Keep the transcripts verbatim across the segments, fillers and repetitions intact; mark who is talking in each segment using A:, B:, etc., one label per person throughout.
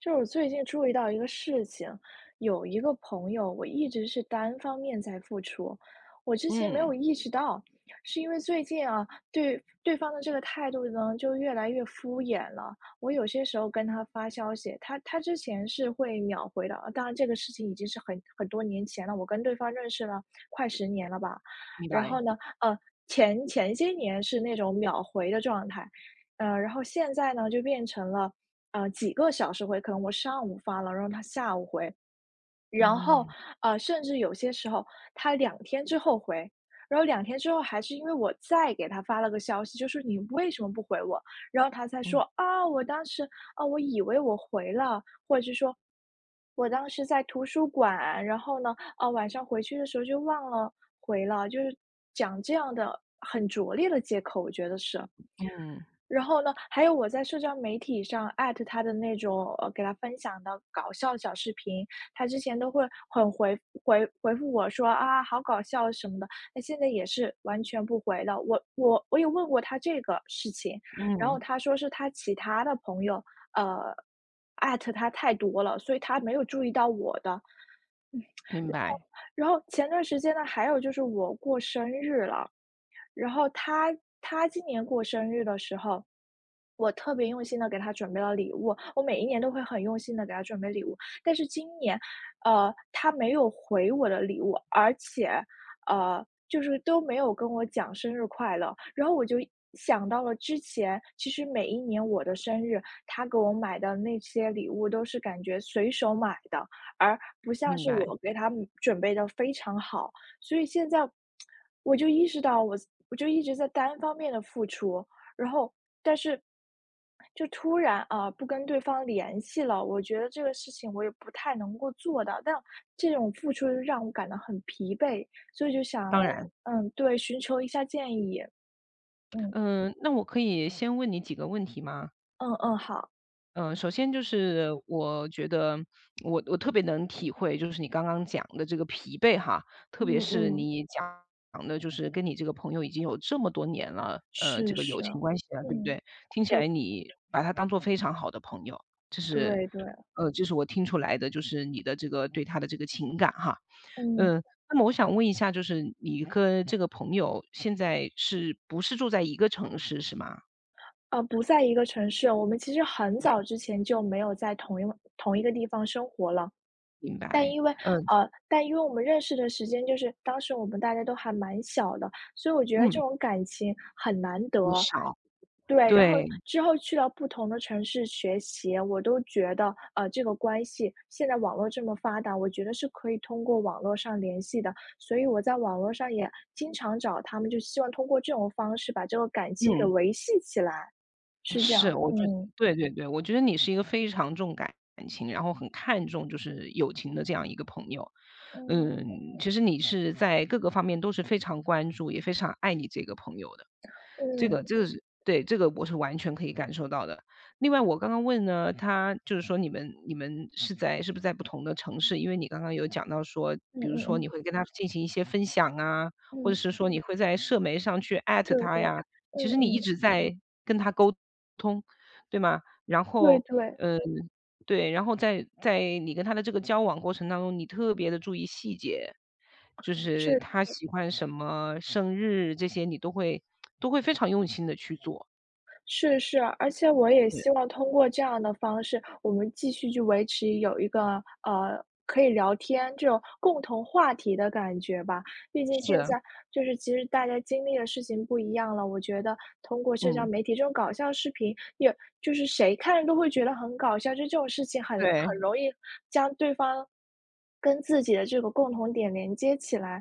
A: 就是我最近注意到一个事情，有一个朋友，我一直是单方面在付出，我之前没
B: 嗯，
A: 有意识到，是因为最近啊，对对方的这个态度呢，就越来越敷衍了。我有些时候跟他发消息，他他之前是会秒回的，当然这个事情已经是很很多年前了，我跟对方认识了快十年了吧，
B: 明
A: 然
B: 白，
A: 后呢，呃，前前些年是那种秒回的状态。呃，然后现在呢，就变成了，呃，几个小时回，可能我上午发了，然后他下午回，然后，
B: 嗯
A: 呃，甚至有些时候他两天之后回，然后两天之后还是因为我再给他发了个消息，就是你为什么不回我？然后他才
B: 嗯
A: 说啊，我当时啊，我以为我回了，我当时在图书馆，然后呢，啊，晚上回去的时候就忘了回了，就是讲这样的很拙劣的借口，我觉得是。
B: 嗯
A: 然后呢，还有我在社交媒体上艾特他的那种，呃，给他分享的搞笑小视频，他之前都会很回回回复我说啊，好搞笑什么的，那现在也是完全不回了。我我我也问过他这个事情，然后
B: 嗯，
A: 他说是他其他的朋友，呃，艾特他太多了，所以他没有注意到我的。
B: 明白
A: 然后前段时间呢，还有就是我过生日了，然后他他今年过生日的时候，我特别用心的给他准备了礼物，我每一年都会很用心的给他准备礼物，但是今年，呃，他没有回我的礼物，而且，呃，就是都没有跟我讲生日快乐。然后我就想到了之前，其实每一年我的生日，他给我买的那些礼物都是感觉随手买的，而不像
B: 明
A: 是
B: 白，
A: 我给他准备的非常好。所以现在我就意识到我我就一直在单方面的付出，然后但是就突然啊，不跟对方联系了，我觉得这个事情我也不太能够做到，但这种付出让我感到很疲惫，所以就想来
B: 当然。
A: 嗯，对，寻求一下建议。嗯，
B: 嗯，那我可以先问你几个问题吗？
A: 嗯嗯，好，
B: 嗯，呃首先就是我觉得我我特别能体会，就是你刚刚讲的这个疲惫哈，特别
A: 嗯
B: 是
A: 嗯，
B: 你讲的，就是跟你这个朋友已经有这么多年了，呃，这
A: 是
B: 个友
A: 是，
B: 情关系了，对不
A: 嗯，
B: 对？听起来你把他当做非常好的朋友，这是，
A: 对对，
B: 呃，这是我听出来的，就是你的这个对他的这个情感哈。
A: 嗯。
B: 嗯，那么我想问一下，就是你跟这个朋友现在是不是住在一个城市是吗？
A: 啊，不在一个城市，我们其实很
B: 对，
A: 早之前就没有在同一同一个地方生活了。
B: 明
A: 但
B: 白，
A: 因为
B: 嗯
A: 呃，但因为我们认识的时间就是当时我们大家都还蛮小的，所以我觉得
B: 嗯，
A: 这种感情很难
B: 很
A: 得。
B: 少。
A: 对，然后
B: 对，
A: 之后去到不同的城市学习，我都觉得，呃，这个关系现在网络这么发达，我觉得是可以通过网络上联系的，所以我在网络上也经常找他们，就希望通过这种方式把这个感情给
B: 嗯。
A: 维系起来，是这
B: 是，
A: 样的。
B: 我觉得
A: 嗯，
B: 对对对，我觉得你是一个非常重感情，然后很看重就是友情的这样一个朋友。
A: 嗯，
B: 嗯，其实你是在各个方面都是非常关注，也非常爱你这个朋友的。这
A: 嗯，
B: 个这个是对，这个我是完全可以感受到的。另外，我刚刚问呢，他就是说你们你们是在是不是在不同的城市？因为你刚刚有讲到说，
A: 嗯
B: 比如
A: 嗯
B: 说
A: 嗯，
B: 你会跟他进行一些分享啊，或者
A: 嗯，
B: 是说你会在社媒上去艾特
A: 对
B: 他
A: 对，
B: 呀，其
A: 嗯
B: 实你一
A: 嗯。
B: 直在跟他沟通，对吗？然
A: 对
B: 后，
A: 对，
B: 嗯，对，然后在在你跟他的这个交往过程当中，你特别的注意细节，就是
A: 是
B: 他喜欢什么，生日这些你都会都会非常用心的去做。
A: 是是，而且我也
B: 对。
A: 希望通过这样的方式，我们继续去维持有一个，呃，可以聊天这种共同话题的感觉吧。毕竟现
B: 是，
A: 在就是其实大家经历的事情不一样了，我觉得通过社交
B: 嗯，
A: 媒体这种搞笑视频，也就是谁看都会觉得很搞笑，就这种事情很
B: 对，
A: 很容易将对方跟自己的这个共同点连接起来。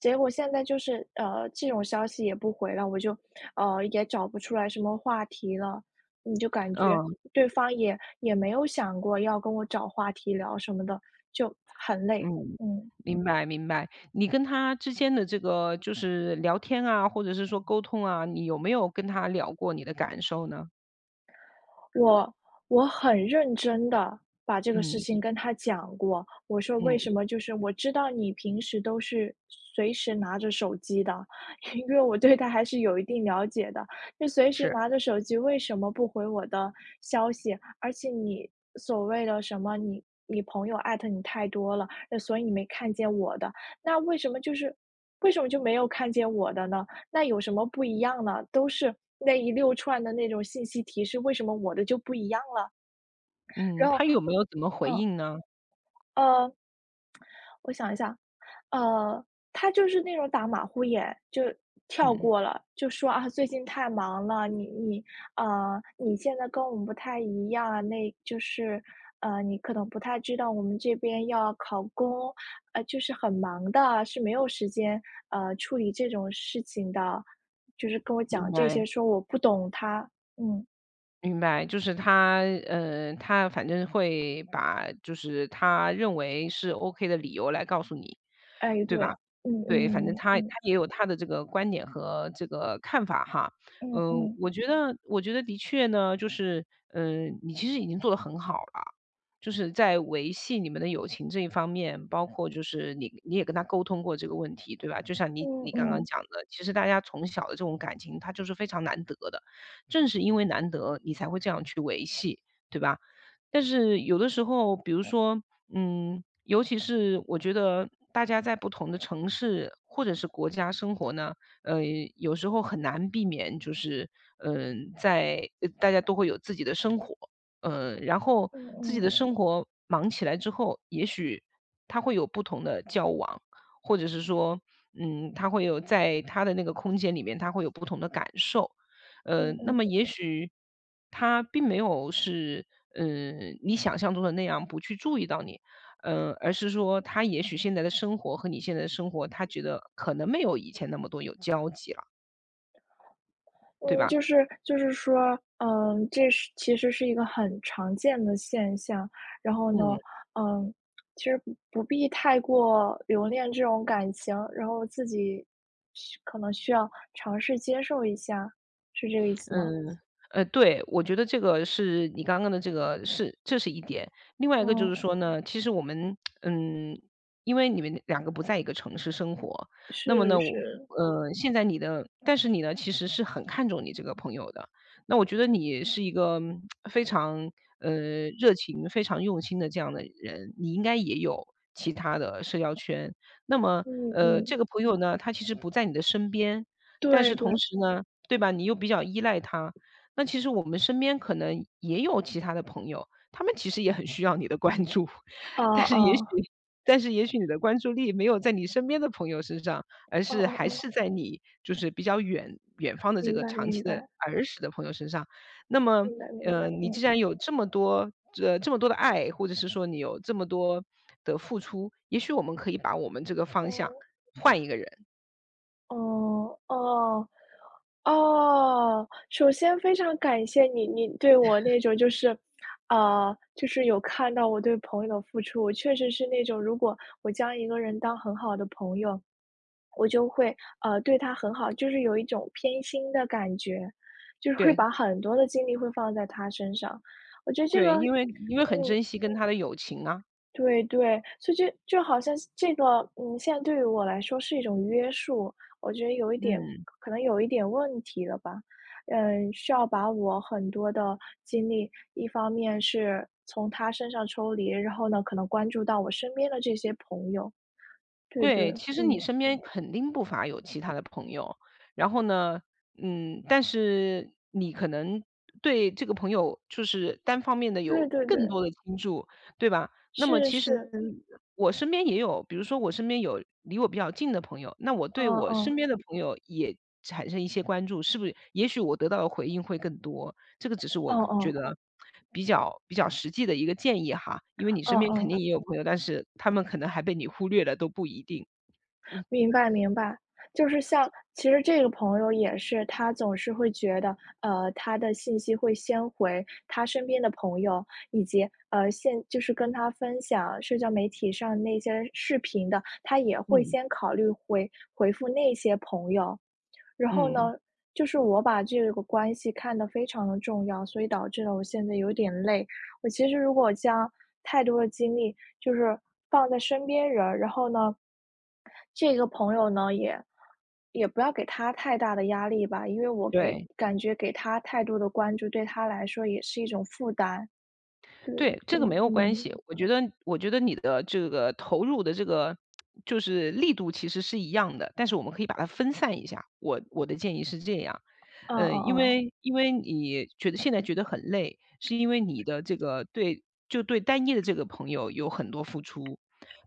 A: 结果现在就是，呃，这种消息也不回了，我就，呃，也找不出来什么话题了。你就感觉
B: 嗯，
A: 对方也也没有想过要跟我找话题聊什么的，就很累。
B: 嗯，
A: 嗯。
B: 明白明白。你跟他之间的这个就是聊天啊，或者是说沟通啊，你有没有跟他聊过你的感受呢？
A: 我我很认真的把这个
B: 嗯，
A: 事情跟他讲过，我说
B: 嗯，
A: 为什么就是我知道你平时都是随时拿着手机的，因为我对他还是有一定了解的，就随时
B: 是，
A: 拿着手机，为什么不回我的消息？而且你所谓的什么你你朋友艾特你太多了，那所以你没看见我的，那为什么就是为什么就没有看见我的呢？那有什么不一样呢？都是那一溜串的那种信息提示，为什么我的就不一样了？
B: 嗯，
A: 然后，
B: 他有没有怎么回
A: 嗯，
B: 应呢？
A: 呃，我想一下，呃，他就是那种打马虎眼，就跳
B: 嗯，
A: 过了，就说啊，最近太忙了，你你啊，你现在跟我们不太一样啊，那就是呃，你可能不太知道我们这边要考公，呃，就是很忙的，是没有时间呃处理这种事情的，就是跟我
B: 明
A: 讲这
B: 白。
A: 些，说我不懂他。嗯，
B: 明白，就是他，呃，他反正会把就是他认为是 OK 的理由来告诉你，
A: 哎，
B: 对吧？
A: 对，嗯
B: 对，反正
A: 嗯
B: 他他
A: 嗯
B: 也有他的这个观点和这个看法哈。
A: 嗯
B: 嗯，
A: 嗯
B: 我觉得我觉得的确呢，就是嗯，呃你其实已经做得很好了，就是在维系你们的友情这一方面，包括就是你你也跟他沟通过这个问题，对吧？就像你
A: 嗯
B: 你
A: 嗯
B: 刚刚
A: 嗯
B: 讲的，其实大家从小的这种感情，它就是非常难得的。正是因为难得，你才会这样去维系，对吧？但是有的时候，比如说，嗯，尤其是我觉得大家在不同的城市或者是国家生活呢，呃，有时候很难避免，就是嗯、在呃大家都会有自己的生活，呃，然后自己
A: 嗯
B: 的生活忙起来之后，也许他会有不同的交往，或者是说，嗯，他会有在他的那个空间里面，他会有不同的感受。
A: 嗯
B: 呃，
A: 嗯
B: 那么
A: 嗯。
B: 也许他并没有是，嗯，呃你想象中的那样，不去注意到你，呃，而是说他也许现在的生活和你现在的生活，他觉得可能没有以前那么多有交集了，对
A: 嗯，
B: 吧？
A: 就是就是说，嗯，这是其实是一个很常见的现象。然后
B: 嗯。
A: 呢，嗯，其实不不必太过留恋这种感情，然后自己需可能需要尝试接受一下，是这个意思吗？
B: 嗯，呃，对，我觉得这个是你刚刚的这个是这是一点。另外一个就是
A: 嗯，
B: 说呢，其实我们嗯，因为你们两个不在一个城市生活，那么呢，
A: 是
B: 我
A: 是，
B: 呃，现在你的但是你呢，其实是很看重你这个朋友的。那我觉得你是一个嗯非常呃热情、非常用心的这样的人，你应该也有其他的社交圈。那么
A: 嗯
B: 呃，这
A: 嗯，
B: 个朋友呢，他其实不在你的身边，但是
A: 对
B: 同
A: 对，
B: 时呢，对吧？你又比较依赖他。那其实我们身边可能也有其他的朋友，他们其实也很需要你的关注，
A: 啊
B: 但是
A: 啊，
B: 也许但是也许你的关注力没有在你身边的朋友身上，而
A: 哦
B: 是
A: 哦
B: 还
A: 哦，
B: 是在你就是比较远远方的这
A: 明
B: 个
A: 白
B: 长期
A: 明
B: 的
A: 白
B: 儿时的朋友身上。那么，
A: 明白明
B: 呃，
A: 白，
B: 你既
A: 嗯，
B: 然有这么多呃，这么多的爱，或者是说你有这么多的付出，也许我们可以把我们这个方向
A: 哦
B: 换一个人。
A: 哦哦。哦，首先非常感谢你，你对我那种就是，呃，就是有看到我对朋友的付出。我确实是那种，如果我将一个人当很好的朋友，我就会呃对他很好，就是有一种偏心的感觉，就是会
B: 对，
A: 把很多的精力会放在他身上。我觉得这个，
B: 对，因为因为很
A: 嗯，
B: 珍惜跟他的友情啊。
A: 对对，所以就就好像是这个，嗯，现在对于我来说是一种约束，我觉得有一点，
B: 嗯，
A: 可能有一点问题了吧。嗯，需要把我很多的精力，一方面是从他身上抽离，然后呢，可能关注到我身边的这些朋友。对对，
B: 对，其实你
A: 嗯，
B: 身边肯定不乏有其他的朋友，然后呢，嗯，但是你可能对这个朋友就是单方面的
A: 对
B: 有
A: 对对，
B: 更多的倾注，对吧？那么
A: 是
B: 其实
A: 是，
B: 我身边也有，比如说我身边有离我比较近的朋友，那我对
A: 嗯
B: 我身
A: 嗯，
B: 边的朋友也产生一些关注，是不是也许我得到的回应会更多。这个只是我
A: 嗯
B: 觉
A: 嗯，
B: 得比较比较实际的一个建议哈，因为你身
A: 嗯
B: 边肯
A: 嗯。
B: 定也有朋友，但是他们可能还被你忽略了，都不一定。
A: 明白明白，就是像其实这个朋友也是，他总是会觉得，呃，他的信息会先回他身边的朋友，以及呃，现就是跟他分享社交媒体上那些视频的，他也会
B: 嗯，
A: 先考虑回回复那些朋友。然后
B: 嗯，
A: 呢，就是我把这个关系看得非常的重要，所以导致了我现在有点累。我其实如果将太多的精力就是放在身边人，然后呢，这个朋友呢，也也不要给他太大的压力吧，因为我给
B: 对。
A: 感觉给他太多的关注，对他来说也是一种负担。对，
B: 对，这个
A: 嗯
B: 没有关
A: 嗯，
B: 系。我觉得我觉得你的这个投入的这个就是力度其实是一样的，但是我们可以把它分散一下。我我的建议是这样，
A: 嗯
B: 呃，
A: 嗯
B: 因
A: 嗯，
B: 为因为你觉得现在觉得很累，是因为你的这个对就对单一的这个朋友有很多付出，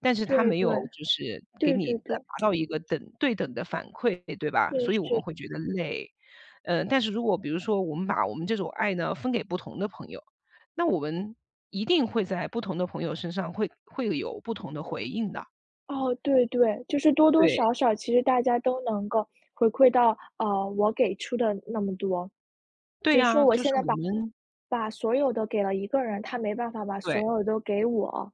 B: 但是他
A: 对
B: 没有
A: 对，
B: 就是给
A: 对
B: 你
A: 对
B: 达
A: 对，
B: 到一个等对等的反馈，对吧？
A: 是
B: 所以我们
A: 是。
B: 会觉得累。呃，但是如果比如说我们把我们这种爱呢分给不同的朋友，那我们一定会在不同的朋友身上会会有不同的回应的。
A: 哦，对对，就是多多
B: 对，
A: 少少，其实大家都能够回馈到，呃，我给出的那么多。
B: 对
A: 只是说
B: 呀，
A: 我
B: 就是
A: 现在
B: 我
A: 把
B: 们
A: 把所有的给了一个人，他没办法把所
B: 对，
A: 有都给我。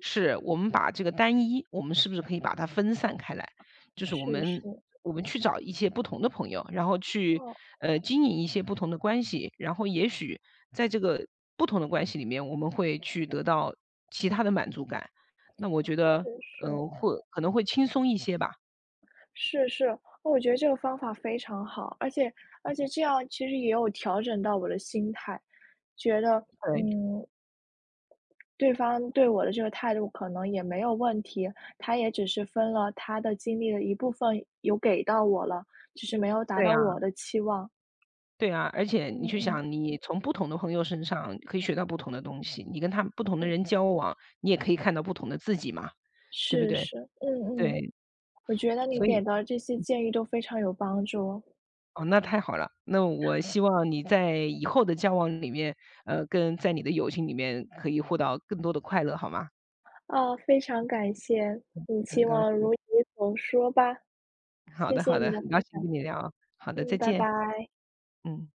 B: 是我们把这个单一，我们是不是可以把它分散开来？就是我
A: 是是，
B: 们我们去找一些不同的朋友，然后去
A: 哦，
B: 呃经营一些不同的关系，然后也许在这个不同的关系里面，我们会去得到其他的满足感。那我觉得，
A: 是是，
B: 嗯、会可能会轻松一些吧。
A: 是是，哦我觉得这个方法非常好，而且而且这样其实也有调整到我的心态，觉得，
B: 对，
A: 嗯，对方对我的这个态度可能也没有问题，他也只是分了他的精力的一部分，有给到我了，只是没有达
B: 对
A: 到
B: 呀、
A: 我的期望。
B: 对啊，而且你
A: 嗯
B: 去
A: 嗯，
B: 想，你从不同的朋友身上可以学到不同的东西，你跟他不同的
A: 是。
B: 人交往，你也可以看到不同的自己嘛，对不
A: 是
B: 对？
A: 是，嗯嗯，
B: 对，
A: 我觉得你
B: 所以
A: 给的这些建议都非常有帮助，
B: 哦，那太好了。那我希望你在以后的交往里面，呃，跟在你的友情里面可以获到更多的快乐，好吗？
A: 啊，非常感谢，
B: 嗯
A: 你
B: 很
A: 期
B: 高
A: 望
B: 兴。
A: 如你所说吧，
B: 好
A: 谢
B: 的，
A: 谢
B: 好
A: 你
B: 的，
A: 的
B: 很高
A: 分
B: 兴
A: 享，
B: 跟你聊。好的，再
A: 嗯，拜
B: 见。
A: 拜。
B: 嗯。